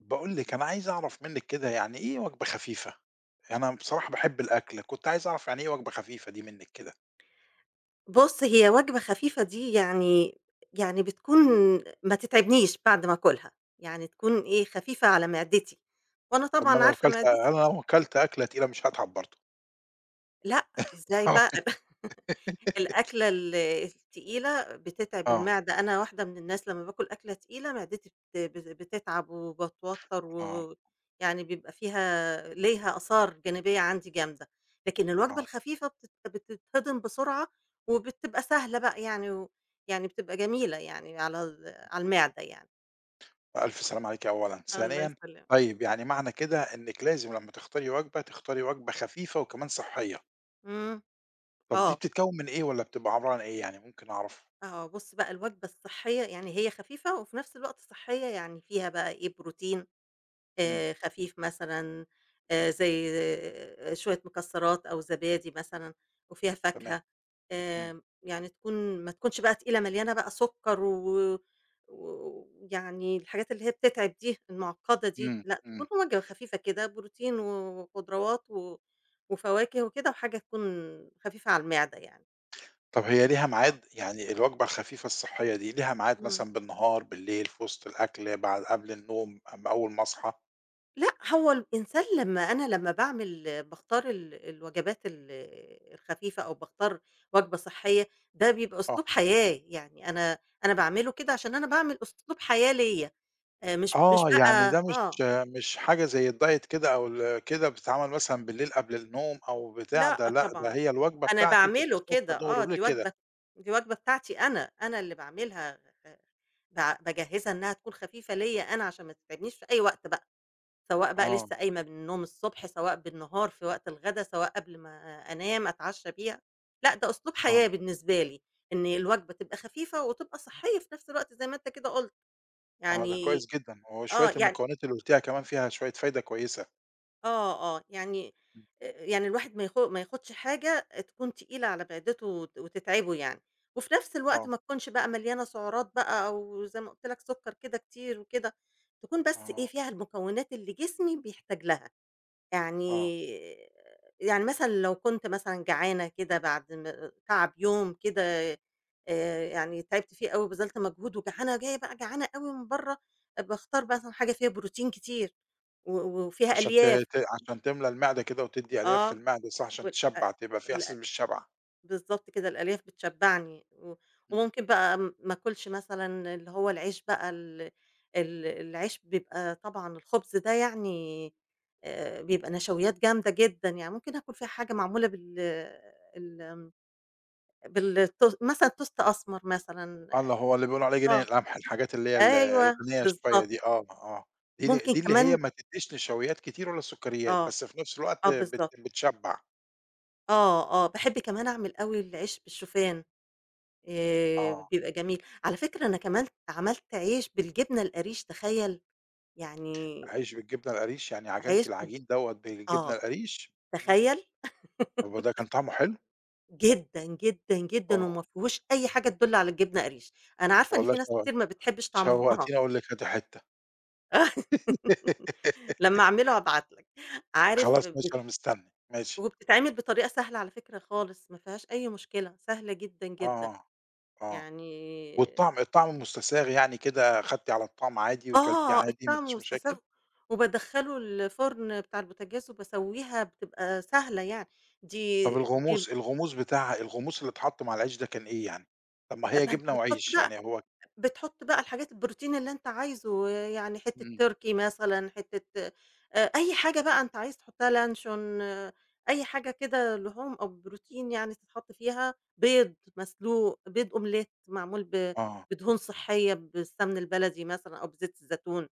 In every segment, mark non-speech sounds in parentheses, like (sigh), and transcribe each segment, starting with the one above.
باقول لِك أنا عايز أعرف منِّك كده يعني إيه وجبة خفيفة؟ يعني أنا بصراحة باحب الأكل، كنت عايز أعرف يعني إيه وجبة خفيفة دي منِّك كده؟ بُص، هي وجبة خفيفة دي يعني بتكون ما تتعبنيش بعد ما آكلها، يعني تكون إيه، خفيفة على معدتي، وأنا طب ما طبعًا أنا لو عارفة كلت معدتي. أنا لو كلت أكلة تقيلة مش هاتعب برضه. لأ، إزاي بقى؟ (laughs) الأكلة التقيلة بتتعب آه، المعدة، أنا واحدة من الناس لمّا باكل أكلة تقيلة معدتي بت بت بتتعب وباتوتر، آه، و يعني بيبقى فيها ليها آثار جانبية عندي جامدة، لكن الوجبة آه، الخفيفة بتتهضم بسرعة وبتبقى سهلة بقى يعني، و يعني بتبقى جميلة يعني على المعدة يعني. ألف سلامة عليكِ أولًا، الله ثانيًا، يسلمك. طيب يعني معنى كده إنِّك لازم لمّا تختاري وجبة، تختاري وجبة خفيفة وكمان صحية، إمم. طب دي آه، بتتكوّن من إيه والّا بتبقى عبارة عن إيه يعني ممكن أعرف؟ آه، بُص بقى الوجبة الصحية يعني هي خفيفة وفي نفس الوقت صحية، يعني فيها بقى إيه بروتين إمم، خفيف مثلًا، زي شوية مكسرات أو زبادي مثلًا وفيها تمام، فاكهة. إمم، يعني تكون، ما تكونش بقى تقيلة مليانة بقى سُكّر، ويعني الحاجات اللي هي بتتعب دي المُعقّدة دي، إمم، لأ إمم. تكون وجبة خفيفة كده، بروتين وخضروات وفواكه وكده، وحاجة تكون خفيفة على المعدة يعني. طب هي ليها آه. ميعاد؟ يعني الوجبة الخفيفة الصحية دي ليها ميعاد إمم. مثلًا بالنهار، بالليل، في وسط الأكل، بعد قبل النوم، أمّا أول ما أصحى؟ لأ، هو الإنسان لمّا باختار الوجبات الخفيفة أو باختار وجبة صحية، ده بيبقى آه، أسلوب حياة، يعني أنا باعمله كده عشان أنا باعمل أسلوب حياة ليّا، مش مش آه يعني بقى ده مش آه، مش حاجة زي الdiet كده أو ال كده بتتعمل مثلًا بالليل قبل النوم أو بتاع، ده لأ لأ، ده طبعًا، هي الوجبة أنا بتاعتي بتبقى باعمله صبح، كده. ضهر، آه، وليل دي كده. وجبة دي وجبة بتاعتي أنا، أنا اللي باعملها، باجهّزها إنها تكون خفيفة ليّا أنا عشان ما تتعبنيش في أي وقت بقى. سواء بقى آه، لسه قايمة من النوم الصبح، سواء بالنهار في وقت الغدا، سواء قبل ما أنام أتعشى بيها، لأ ده أسلوب آه، حياة بالنسبة لي، إن الوجبة تبقى خفيفة وتبقى صحية في نفس الوقت زي ما أنت كده قُلت، آه، ده يعني. كويس جدًا، آه، وشوية يعني المكونات اللي قُلتيها كمان فيها شوية فايدة كويسة. آه، آه، يعني إمم، آآ يعني الواحد ما ياخدش حاجة تكون تقيلة على معدته وتتعبه يعني، وفي نفس الوقت آه، ما تكونش بقى مليانة سعرات بقى، أو زي ما قُلت لك سكر كده كتير وكده، تكون بس إيه آه، فيها المكونات اللي جسمي بيحتاج لها. آه، يعني، يعني مثلًا لو كنت مثلًا جعانة كده بعد تعب يوم كده، يعني تعبت فيه أوي وبذلت مجهود، وجعانة جاية بقى جعانة أوي من برّه، باختار مثلًا حاجة فيها بروتين كتير وفيها عشان ت ألياف. ت عشان تملى المعدة كده وتدّي ألياف في آه، المعدة صح، عشان وال تشبّع، تبقى في ال إحساس بالشبع. بالضبط كده، الألياف بتشبّعني. و إمم. وممكن بقى ما آكلش مثلًا اللي هو العيش بقى، ال ال العيش بيبقى طبعًا الخبز ده يعني، بيبقى نشويات جامدة جدًا، يعني ممكن آكل فيها حاجة معمولة ال بالتوست مثلًا، توست أسمر مثلًا. آه، اللي هو اللي بيقولوا عليه جنين آه، القمح، الحاجات اللي هي ال أيوه الغنية شوية بالضبط. دي آه، آه. دي ال ممكن دي اللي كمان، هي ما تدّيش نشويات كتير ولا سكريات، آه، بس في نفس الوقت آه بت بالضبط، بتشبّع. آه، آه، باحب كمان أعمل أوي العيش بالشوفان. آه. بيبقى جميل. على فكرة أنا كمان عملت عيش بالجبنة القريش، تخيّل! يعني عيش بالجبنة القريش، يعني عيش عجنتِ بالج العجين دوّة بالجبنة آه، القريش؟ إمم. تخيّل! طب وده كان طعمه حلو؟ جدًا، جدًا، جدًا، آه. وما فيهوش أي حاجة تدُل على الجبنة قريش. أنا عارفة إن والله في ناس كتير ما بتحبش طعمها. شوّقتيني أقول لِك هاتي حتّة. (laughs) (laughs) لمّا أعمله هابعت لك. عارف خلاص ماشي أنا مستني. ماشي. وبتتعمل بطريقة سهلة على فكرة خالص، ما فيهاش أي مشكلة، سهلة جدًا، جدًا. آه، آه. آه. يعني والطعم الطعم مستساغ يعني كده، خدتِ على الطعم عادي وكلتيه آه، عادي ما الطعم فيش مشاكل؟ ومستصاغه، وبادخّله الفرن بتاع البوتاجاز وباسوّيها، بتبقى سهلة يعني، دي طب دي الغموس الغموس بتاعها الغموس اللي اتحط مع العيش ده كان إيه يعني؟ طب ما هي ما أنت جبنة بتحُط وعيش بقى يعني هو بتحُط بقى الحاجات البروتين اللي أنت عايزه، يعني حتّة إمم، تركي مثلًا، حتّة، أي حاجة بقى أنت عايز تحُطّها، لانشون، آه، أي حاجة كده لحوم أو بروتين يعني تتحط فيها، بيض مسلوق، بيض أومليت معمول ب آه، بدهون صحّية، بالسمن البلدي مثلًا أو بزيت الزيتون.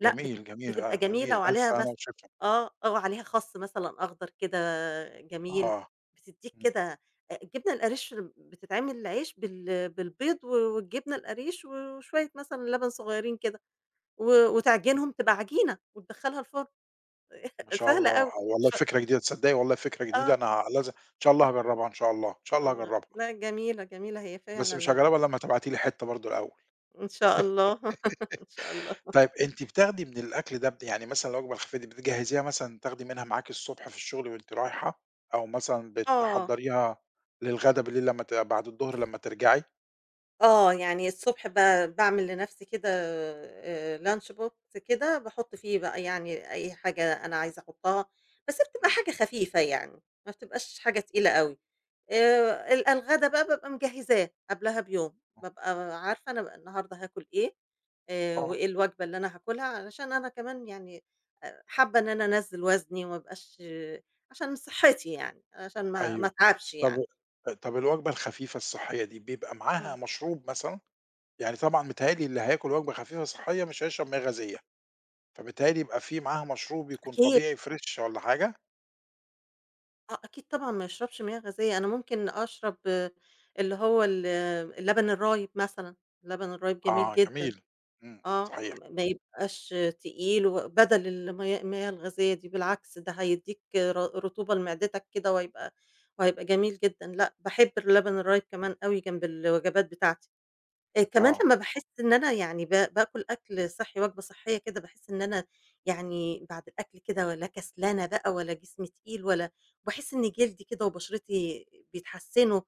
لأ، جميل، بتب جميل، بتبقى آه، جميل جميلة، ألف وعليها هنا بس، وشفا، آه، آه، وعليها خَصّ مثلًا أخضر كده، جميل، آه، بتدّيك إمم، كده. الجبنة القريش بتتعمل عيش بالبيض، و والجبنة القريش وشوية مثلًا لبن صغيّرين كده، و إمم، وتعجنهم تبقى عجينة وتدخّلها الفرن. ما (laughs) شاء سهلة الله، أوي. آه ش والله فكرة جديدة تصدقي والله فكرة جديدة آه، أنا لازم إن شاء الله هاجربها إن شاء الله، إن شاء الله الله هاجربها، لأ، جميلة، جميلة هي بس فعلًا مش ال. هاجربها إلا لمّا تبعتي لي حتة برضه الأول. إن شاء الله، (laughs) إن شاء الله. طيب أنتِ بتاخدي من الأكل ده يعني مثلًا الوجبة الخفيفة دي بتجهزيها مثلًا تاخدي منها معاكِ الصبح في الشغل وأنتِ رايحة، أو مثلًا آه. بتحضّريها للغدا بالليل لمّا بعد الضهر لمّا ترجعي؟ آه، يعني الصبح ب باعمل لنفسي كده، lunch box كده، باحُط فيه بقى يعني أي حاجة أنا عايزة أحُطّها، بس بتبقى إمم. حاجة خفيفة يعني، ما بتبقاش حاجة تقيلة أوي. الغدا بقى بابقى مجهّزاه قبلها بيوم، بابقى عارفة أنا النهارده هاكُل إيه، آه، وإيه الوجبة اللي أنا هاكُلها، علشان أنا كمان يعني حابة إن أنا أنزّل وزني وما ابقاش، عشان صحّتي يعني، عشان ما أيوه. اتعبش طب يعني. طب الوجبة الخفيفة الصحّية دي بيبقى معاها مشروب مثلًا؟ يعني طبعًا متهيأ لي اللي هياكل وجبة خفيفة صحّية مش هيشرب مياه غازية، فبالتالي يبقى في معاها مشروب يكون إمم. طبيعي فريش والّا حاجة؟ آه، أكيد طبعًا ما يشربش مياه غازية، أنا ممكن أشرب، آه، اللي هو ال، اللبن الرايب مثلًا، اللبن الرايب جميل آه، جدًا. جميل. إمم، إمم، آه، صحيح، ما يبقاش تقيل، وبدل المياه الغازية دي، بالعكس ده هيدّيك رطوبة لمعدتك كده، وهيبقى جميل جدًا، لأ باحب اللبن الرايب كمان أوي جنب الوجبات بتاعتي. كمان آه. لمّا باحس إن أنا يعني ب باكل أكل صحّي، وجبة صحّية كده، باحس إن أنا يعني بعد الأكل كده لا كسلانة بقى ولا جسمي تقيل، ولا باحس إن جلدي كده وبشرتي بيتحسّنوا،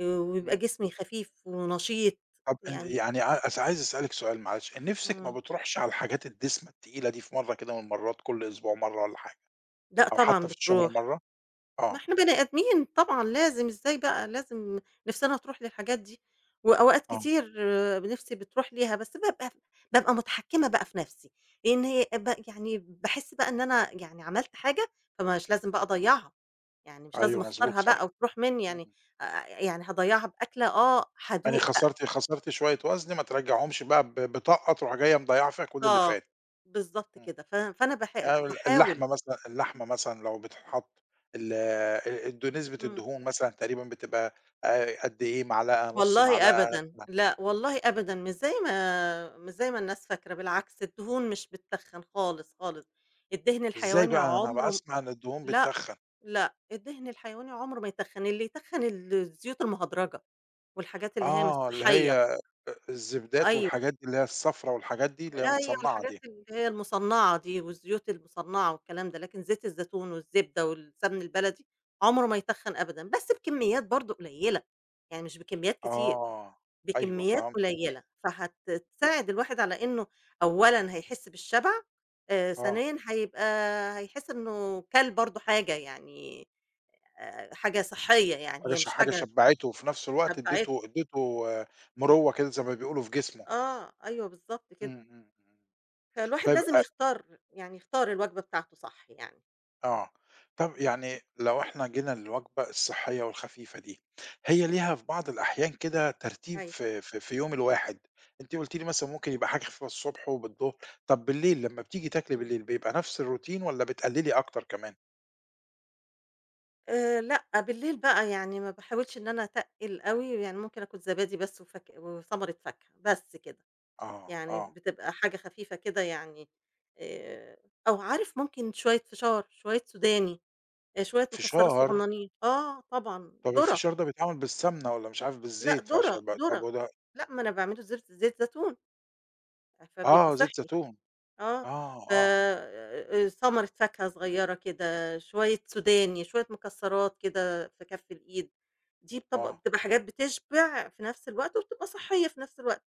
وبيبقى إمم. جسمي خفيف ونشيط طب يعني. يعني ع أس عايز أسألِك سؤال معلش، نِفسِك ما إمم، بتروحش على الحاجات الدسمة التقيلة دي في مرّة كده من المرّات، كل أسبوع مرّة والّا حاجة لأ أو طبعًا حتى في الشهر بتروح. مرّة؟ ما آه، إحنا بني آدمين طبعًا لازم، إزاي بقى، لازم نِفسنا تروح للحاجات دي، وأوقات آه. كتير، آه، نِفسي بتروح ليها، بس بابقى متحكمة بقى في نَفسي، لإن هي يعني باحس بقى إن أنا يعني عملت حاجة، فمش لازم بقى أضيّعها، يعني مش لازم أيوه، مضبوط، أخسرها صح. بقى وتروح منّي يعني، إمم. يعني هاضيّعها بأكلة، آه، يعني هادوق بقى. خسرتِ شوية وزن ما ترجّعيهمش بقى بطاقة تروحي جاية مضيّعة فيها كل اللي آه، فات. بالضبط إمم. كده، فأنا باح يعني ال باحاول. اللحمة مثلًا اللحمة مثلًا لو بتتحط ال الد نسبة إمم. الدهون مثلًا تقريبًا بتبقى قد إيه، معلقة، نُص والله معلقة؟ أبدًا، ما لأ والله أبدًا، مش زي ما الناس فاكرة، بالعكس الدهون مش بتتخن خالص، خالص، الدهن إزاي الحيواني بقى؟ أنا عمره باسمع إن الدهون لأ، بتتخّن. لأ، الدهن الحيواني عمره ما يتخن، اللي يتخن الزيوت المهدرجة، والحاجات اللي هي مش آه، اللي هي صحية. الزبدات أيوه، والحاجات دي، اللي هي الصفرا والحاجات دي، اللي هي أيوه، متصنّعة الحاجات دي. اللي هي المصنعة دي، والزيوت المصنعة والكلام ده، لكن زيت الزيتون والزبدة والسمن البلدي عمره ما يتخن أبدًا، بس بكميات برضه قليلة، يعني مش بكميات كتير. آه، أيوه بكميات فهمت. قليلة، إمم، إمم. فهتساعد الواحد على إنه أولًا هيحس بالشبع، آه. ثانيًا هيبقى، هيحس إنه كَل برضه حاجة يعني، حاجة صحّية يعني، هي مش حاجة حاجة شبّعته وفي نفس الوقت شبعته. ادّيته آه، مروّة كده زي ما بيقولوا في جسمه. آه، أيوه بالضبط إمم، كده. إمم، إمم. فالواحد طيب لازم يختار، يعني يختار الوجبة بتاعته صح يعني. آه. طب إمم، يعني لو إحنا جينا للوجبة الصحّية والخفيفة دي، هي ليها في بعض الأحيان كده ترتيب أيوه، في يوم الواحد، أنتِ قُلتِ لي مثلًا ممكن يبقى حاجة خفيفة الصبح وبالضهر، طب بالليل لمّا بتيجي تاكلي إمم. بالليل بيبقى نفس الروتين والّا بتقلّلي أكتر كمان؟ لأ، بالليل بقى يعني ما باحاولش إن أنا أتقِّل أوي، يعني ممكن آكل زبادي بس، وثمرة فاكهة، بس كده. آه، يعني آه. بتبقى حاجة خفيفة كده يعني، آآ، أو عارف ممكن شوية فشار، شوية سوداني، شوية مكسرات فشار، صغننين، آه طبعًا، طب ذرة، الفشار ده بيتعمل بالسمنة والّا مش عارف لأ بالزيت ذرة، فعشان بقى طب ذرة، وده لأ ما أنا باعمله بزبدة زيت زيتون، فبيبقى آه، زيت صحّي. زيتون. آه، آه، ف آه، آه، ثمرة فاكهة صغيّرة كده، شوية سوداني، شوية مكسرات كده في كَف الإيد، دي بتبق آه. بتبقى حاجات بتشبع في نفس الوقت، وبتبقى صحّية في نفس الوقت.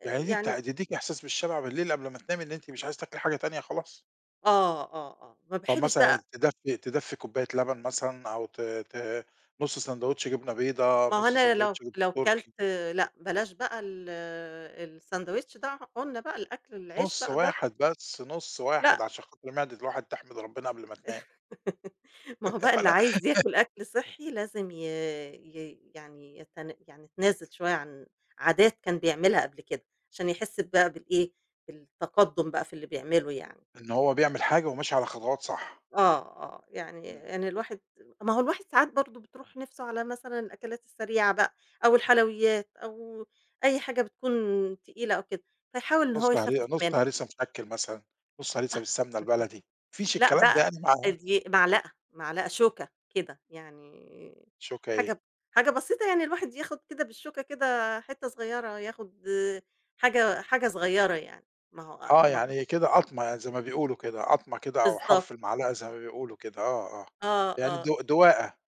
يعني دي يعني، تدّيكِ إحساس بالشبع بالليل قبل ما تنامي إن أنتِ مش عايزة تاكلي حاجة تانية خلاص؟ آه، آه، آه، ما طب باحبش مثلًا بقى. تدفّي كوباية لبن مثلًا أو ت ت نُص ساندوتش جبنة بيضا، ما هو نُص أنا لو ساندوتش جبنة لو كلت. تركي، لأ، بلاش بقى ال الساندويتش ده، قُلنا بقى الأكل العيش نُص بقى ده، واحد بس، نُص لأ، واحد عشان خاطر معدة الواحد تحمد ربنا قبل ما تنام، (laughs) ما هو بقى (laughs) اللي على عايز ياكل أكل صحّي لازم ي ي يعني يتن يعني يتنازل شوية عن عادات كان بيعملها قبل كده، عشان يحس بقى بالإيه، بالتقدُّم بقى في اللي بيعمله يعني. إن هو بيعمل حاجة وماشي على خطوات صح، آه، آه، يعني إمم، الواحد، ما هو الواحد ساعات برضه بتروح نِفْسه على مثلًا الأكلات السريعة بقى، أو الحلويات، أو أي حاجة بتكون تقيلة أو كده، فيحاول إن هو يخفِّف نُص منها. هريسة مشكّل مثلًا، نُص هريسة بالسمنة (laughs) البلدي، ما فيش لأ الكلام ده بقى، يعني مع دي معلقة، معلقة، شوكة كده، يعني شوكة إيه؟ حاجة، حاجة بسيطة يعني، الواحد ياخُد كده بالشوكة كده حتّة صغيّرة، ياخُد حاجة، حاجة صغيّرة يعني، ما هو آه، ما هو يعني كده قطمة يعني زي ما بيقولوا كده، قطمة كده أو بالضبط. حرف المعلقة زي ما بيقولوا كده، آه، آه، آه، يعني آه. دواءة،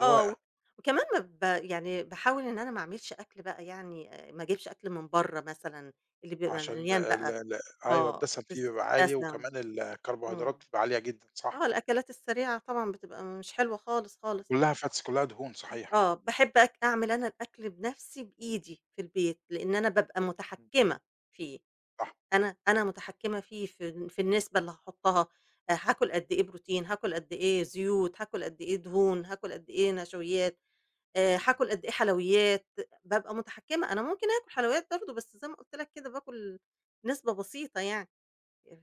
آه، و- وكمان ما ب يعني باحاول إن أنا ما أعملش أكل بقى يعني، ما أجيبش أكل من برّه مثلًا، اللي بيبقى عشان مليان ال بقى، ال أيوه آه، الدسم فيه الز بيبقى عالي دسم. وكمان الكربوهيدرات إمم، بتبقى عالية جدًا، صح، آه، الأكلات السريعة طبعًا بتبقى مش حلوة خالص، خالص. كلّها fats كلّها دهون صحيح، آه، باحب أعمل أنا الأكل بنفسي بإيدي في البيت، لإن أنا بابقى إمم، متحكمة فيه، صح، أنا متحكمة فيه في النسبة اللي هاحطها، هاكل قد إيه بروتين، هاكل قد إيه زيوت، هاكل قد إيه دهون، هاكل قد إيه نشويات، إمم. هاكل قد إيه حلويات، بابقى متحكمة، أنا ممكن آكل حلويات برضه، بس زي ما قُلت لك كده باكل نسبة بسيطة يعني،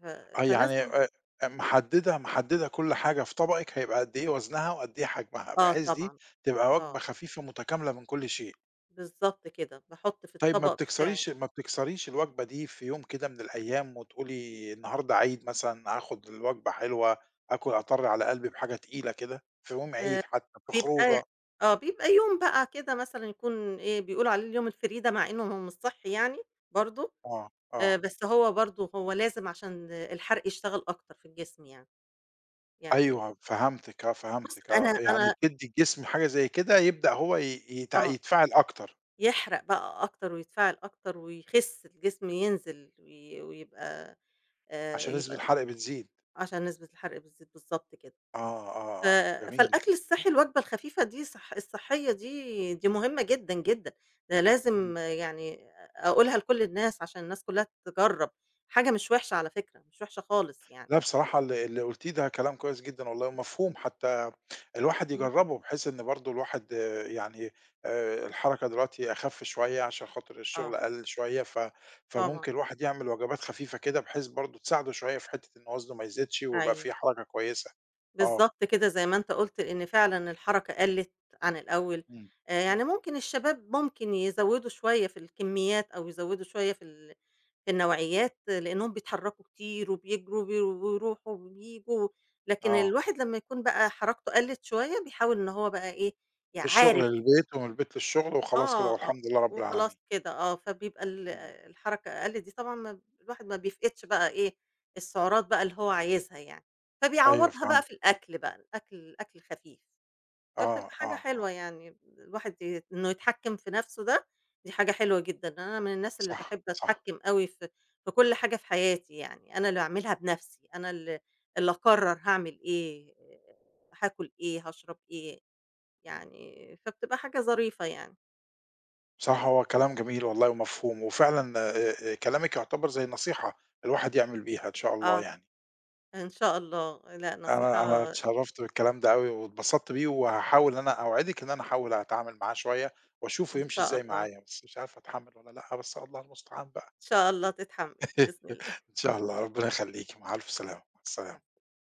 ف آه، يعني فلازم محددة محددة كل حاجة في طبقِك هيبقى قد إيه وزنها وقد إيه حجمها، آه بحيث دي طبعًا، تبقى وجبة آه، خفيفة متكاملة من كل شيء. بالضبط كده، باحط في طيب ما الطبق بتاعي. بتكسريش ما بتكسريش الوجبة دي في يوم كده من الأيام وتقولي النهارده عيد مثلًا هاخد الوجبة حلوة، آكل أطَرّ على قلبي بحاجة تقيلة كده، في يوم آآ عيد حتى، في بيبقى، خروجة آه، بيبقى يوم بقى كده مثلًا، يكون إيه، بيقولوا عليه اليوم الفريدة، مع إنه هو مش صحّي يعني برضه، آه، آه، بس هو برضه، هو لازم عشان الحرق يشتغل أكتر في الجسم يعني، يعني أيوه فهمتِك آه، بُص فهمتِك أنا آه، يعني أنا تدّي الجسم حاجة زي كده يبدأ هو ي يتع آه. يتفاعل أكتر، يحرق بقى أكتر، ويتفاعل أكتر ويخس، الجسم ينزل ويبقى، عشان نسبة يبقى، الحرق بتزيد. عشان نسبة الحرق بتزيد، بالضبط كده. آه، ف آه، آه، جميل. فالأكل الصحّي، الوجبة الخفيفة دي الصحّية دي مهمة جدًا، جدًا، ده إمم. لازم، آه، يعني أقولها لكل الناس عشان الناس كلّها تجرّب، حاجة مش وحشة على فكرة، مش وحشة خالص يعني. لأ بصراحة اللي قُلتيه ده كلام كويس جدًا والله ومفهوم حتى الواحد إمم. يجرّبه، بحيث إن برضه الواحد آه، يعني الحركة دلوقتي أخَف شوية عشان خاطر الشغل آه، قَل شوية، طبعًا، فممكن الواحد يعمل وجبات خفيفة كده بحيث برضه تساعده شوية في حتّة إن وزنه ما يزيدش ويبقى أيوه. في حركة كويسة. آه. بالضبط كده زي ما أنت قُلت، لإن فعلًا الحركة قَلِّت عن الأول. إمم. يعني إمم. ممكن الشباب ممكن يزوّدوا شوية في الكميات، أو يزوّدوا شوية في النوعيات، آه، لإنّهم بيتحرّكوا كتير، وبيجروا، وبيروحوا وبييجوا، لكن آه. الواحد لمّا يكون بقى حركته قَلِّت شوية، بيحاول إن هو بقى إيه، الشغل عارف. للبيت ومن البيت للشغل وخلاص كده آه، آه، والحمد لله رب وخلاص العالمين. كده. آه، فبيبقى ال إمم. الحركة أقل دي طبعًا، ما بيفقدش بقى إيه، السعرات بقى اللي هو عايزها يعني، أيوه فبيعوّضها بقى في فهمت. الأكل بقى، الأكل الخفيف، فبتبقى آه، حاجة آه، آه. حلوة يعني، الواحد إنه يتحكّم في نَفْسه ده، دي حاجة حلوة جدًا، أنا من الناس اللي صح، باحب صح. أتحكّم أوي في في كل حاجة في حياتي يعني، أنا اللي أعملها بنَفْسي، أنا اللي أقرّر هاعمل إيه، آه، هاكل إيه، هاشرب إيه، إمم. يعني فبتبقى حاجة ظريفة يعني. بصراحة هو كلام جميل والله ومفهوم، وفعلًا كلامِك يعتبر زي نصيحة الواحد يعمل بيها إن شاء الله آه. يعني. إن شاء الله، لأ أنا نصيحة. اتشرفت بالكلام ده أوي واتبسطت بيه، وهاحاول إن أنا أوعدِك إن أنا هاحاول أتعامل معاه شوية وأشوفه إن يمشي شاء إزاي الله، معايا، بس مش عارف أتحمل والّا لأ، بس الله المستعان بقى. إن شاء الله تتحمّل بإذن الله. إن شاء (laughs) الله، ربنا يخليكِ، مع ألف سلامة، مع السلامة. إمم.